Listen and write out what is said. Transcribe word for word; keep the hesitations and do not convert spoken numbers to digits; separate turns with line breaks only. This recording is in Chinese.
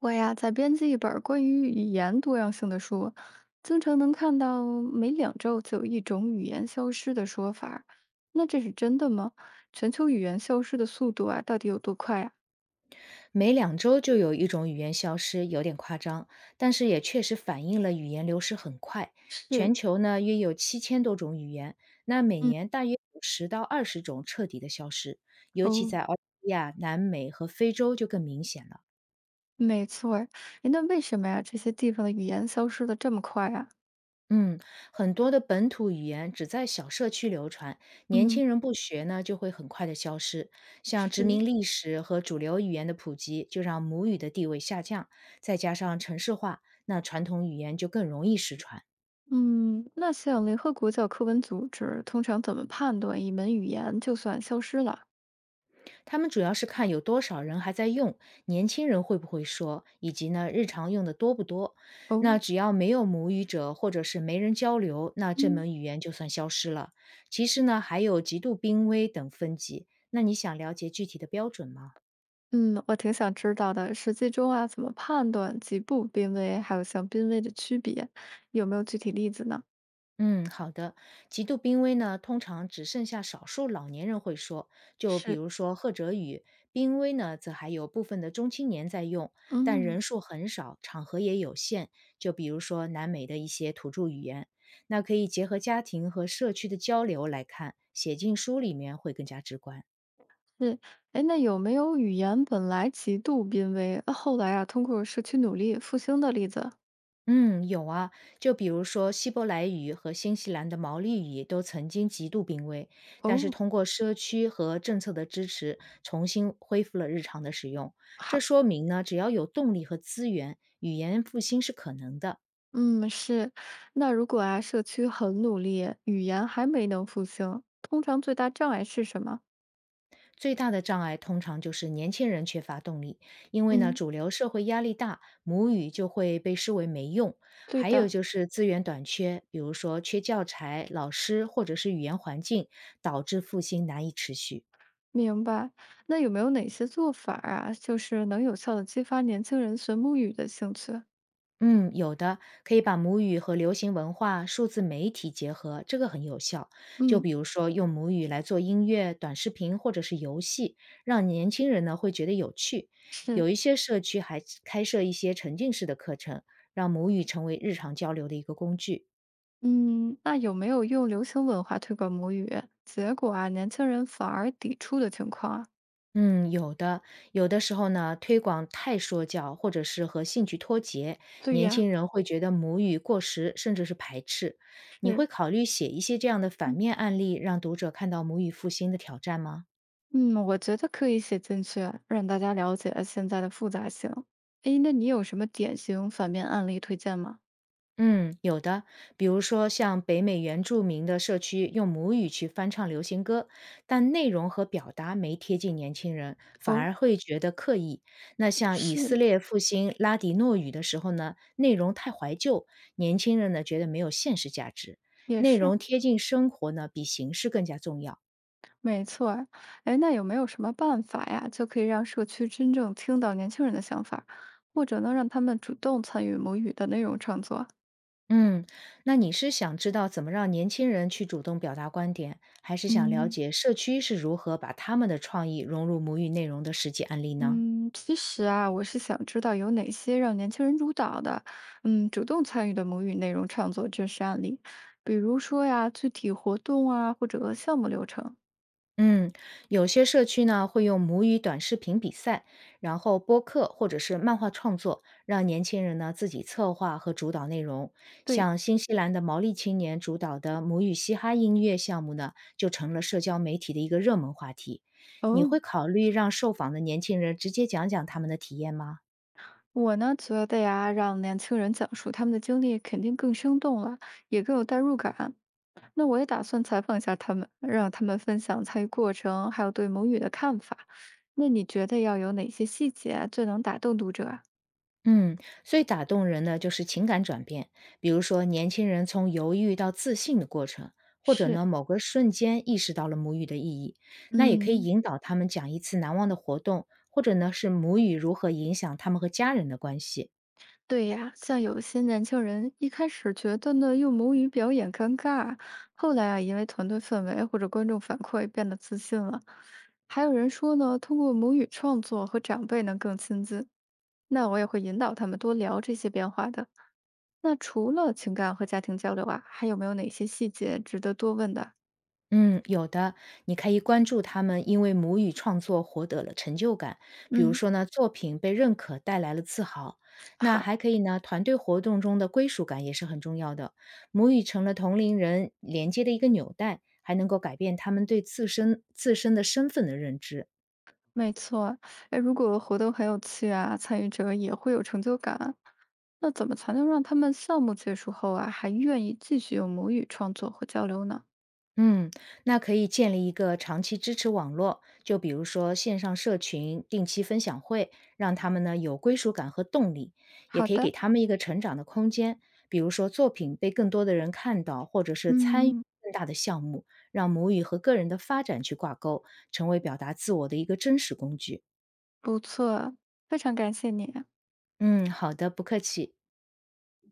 我呀，在编辑一本儿关于语言多样性的书，经常能看到每两周就有一种语言消失的说法儿。那这是真的吗？全球语言消失的速度啊，到底有多快啊？
每两周就有一种语言消失，有点夸张，但是也确实反映了语言流失很快。全
是。
球呢约有七千多种语言，那每年大约有十到二十种彻底的消失，尤其
哦，
在澳大利亚、南美和非洲就更明显了。
没错儿。诶，那为什么呀？这些地方的语言消失的这么快啊？
嗯，很多的本土语言只在小社区流传，年
嗯。
轻人不学呢，就会很快的消失。像殖
是。
民历史和主流语言的普及，就让母语的地位下降，再加上城市化，那传统语言就更容易失传。
嗯，那像联合国教科文组织通常怎么判断一门语言就算消失了？
他们主要是看有多少人还在用，年轻人会不会说，以及呢日常用的多不多。那
哦。
只要没有母语者或者是没人交流，那这
嗯。
门语言就算消失了。其实呢，还有极度濒危等分级。那你想了解具体的标准吗？
嗯，我挺想知道的，实际中啊，怎么判断极不濒危，还有像濒危的区别，有没有具体例子呢？
嗯，好的。极度濒危呢，通常只剩下少数老年人会说，就比
是。
如说贺哲语。濒危呢，则还有部分的中青年在用，但
嗯，
人数很少，场合也有限。就比如说南美的一些土著语言，那可以结合家庭和社区的交流来看，写进书里面会更加直观。
是。哎，那有没有语言本来极度濒危，后来啊，通过社区努力复兴的例子？
嗯，有啊，就比如说希伯来语和新西兰的毛利语都曾经极度濒危，但是
哦。
通过社区和政策的支持，重新恢复了日常的使用。这
好。
说明呢，只要有动力和资源，语言复兴是可能的。
嗯，是。那如果啊，社区很努力，语言还没能复兴，通常最大障碍是什么？
最大的障碍通常就是年轻人缺乏动力，因为呢，
嗯，
主流社会压力大，母语就会被视为没用。
对
还有
的。
就是资源短缺，比如说缺教材、老师或者是语言环境，导致复兴难以持续。
明白。那有没有哪些做法儿啊，就是能有效的激发年轻人学母语的兴趣？
嗯，有的，可以把母语和流行文化、数字媒体结合，这个很有效。就
嗯，
比如说，用母语来做音乐、短视频或者是游戏，让年轻人呢会觉得有趣。
是。
有一些社区还开设一些沉浸式的课程，让母语成为日常交流的一个工具。
嗯，那有没有用流行文化推广母语，结果啊，年轻人反而抵触的情况啊？
嗯，有的，有的时候呢，推广太说教，或者是和兴趣脱节，
对
年
呀。
轻人会觉得母语过时，甚至是排斥。你会
是。
考虑写一些这样的反
嗯。
面案例，让读者看到母语复兴的挑战吗？
嗯，我觉得可以写进去，让大家了解现在的复杂性。诶，那你有什么典型反面案例推荐吗？
嗯，有的，比如说像北美原住民的社区用母语去翻唱流行歌，但内容和表达没贴近年轻人，反
哦。
而会觉得刻意。那像以色
是。
列复兴拉迪诺语的时候呢，内容太怀旧，年轻人呢觉得没有现实价值。
也
内
是。
容贴近生活呢，比形式更加重要。
没错儿。哎，那有没有什么办法呀，就可以让社区真正听到年轻人的想法，或者呢，让他们主动参与母语的内容创作？
嗯，那你是想知道怎么让年轻人去主动表达观点，还是想了
嗯。
解社区是如何把他们的创意融入母语内容的实际案例呢？
嗯，其实啊，我是想知道有哪些让年轻人主导的，嗯，主动参与的母语内容创作真实案例，比如说呀，具体活动啊，或者项目流程。
嗯，有些社区呢会用母语短视频比赛，然后播客或者是漫画创作，让年轻人呢自己策划和主导内容。
对。
像新西兰的毛利青年主导的母语嘻哈音乐项目呢，就成了社交媒体的一个热门话题。你
哦。
会考虑让受访的年轻人直接讲讲他们的体验吗？
我呢觉得呀，让年轻人讲述他们的经历，肯定更生动了，也更有代入感。那我也打算采访一下他们，让他们分享参与过程，还有对母语的看法。那你觉得要有哪些细节啊最能打动读者啊？
嗯，最打动人的就是情感转变，比如说年轻人从犹豫到自信的过程，或者呢
是。
某个瞬间意识到了母语的意义，那也可以
嗯。
引导他们讲一次难忘的活动，或者呢是母语如何影响他们和家人的关系。
对呀，像有些年轻人一开始觉得呢用母语表演尴尬，后来啊因为团队氛围或者观众反馈变得自信了。还有人说呢，通过母语创作和长辈能更亲近。那我也会引导他们多聊这些变化的。那除了情感和家庭交流啊，还有没有哪些细节值得多问的？
嗯，有的，你可以关注他们因为母语创作获得了成就感，比如
嗯。
说呢，作品被认可带来了自豪。那
好。
还可以呢，团队活动中的归属感也是很重要的。母语成了同龄人连接的一个纽带，还能够改变他们对自身自身的身份的认知。
没错。哎，如果活动很有趣啊，参与者也会有成就感。那怎么才能让他们项目结束后啊，还愿意继续用母语创作和交流呢？
嗯，那可以建立一个长期支持网络，就比如说线上社群、定期分享会，让他们呢有归属感和动力，也
好
可以给
的。
他们一个成长的空间，比如说作品被更多的人看到，或者是参与
嗯，
更大的项目，让母语和个人的发展去挂钩，成为表达自我的一个真实工具。
不错，非常感谢你啊。
嗯，好的，不客气。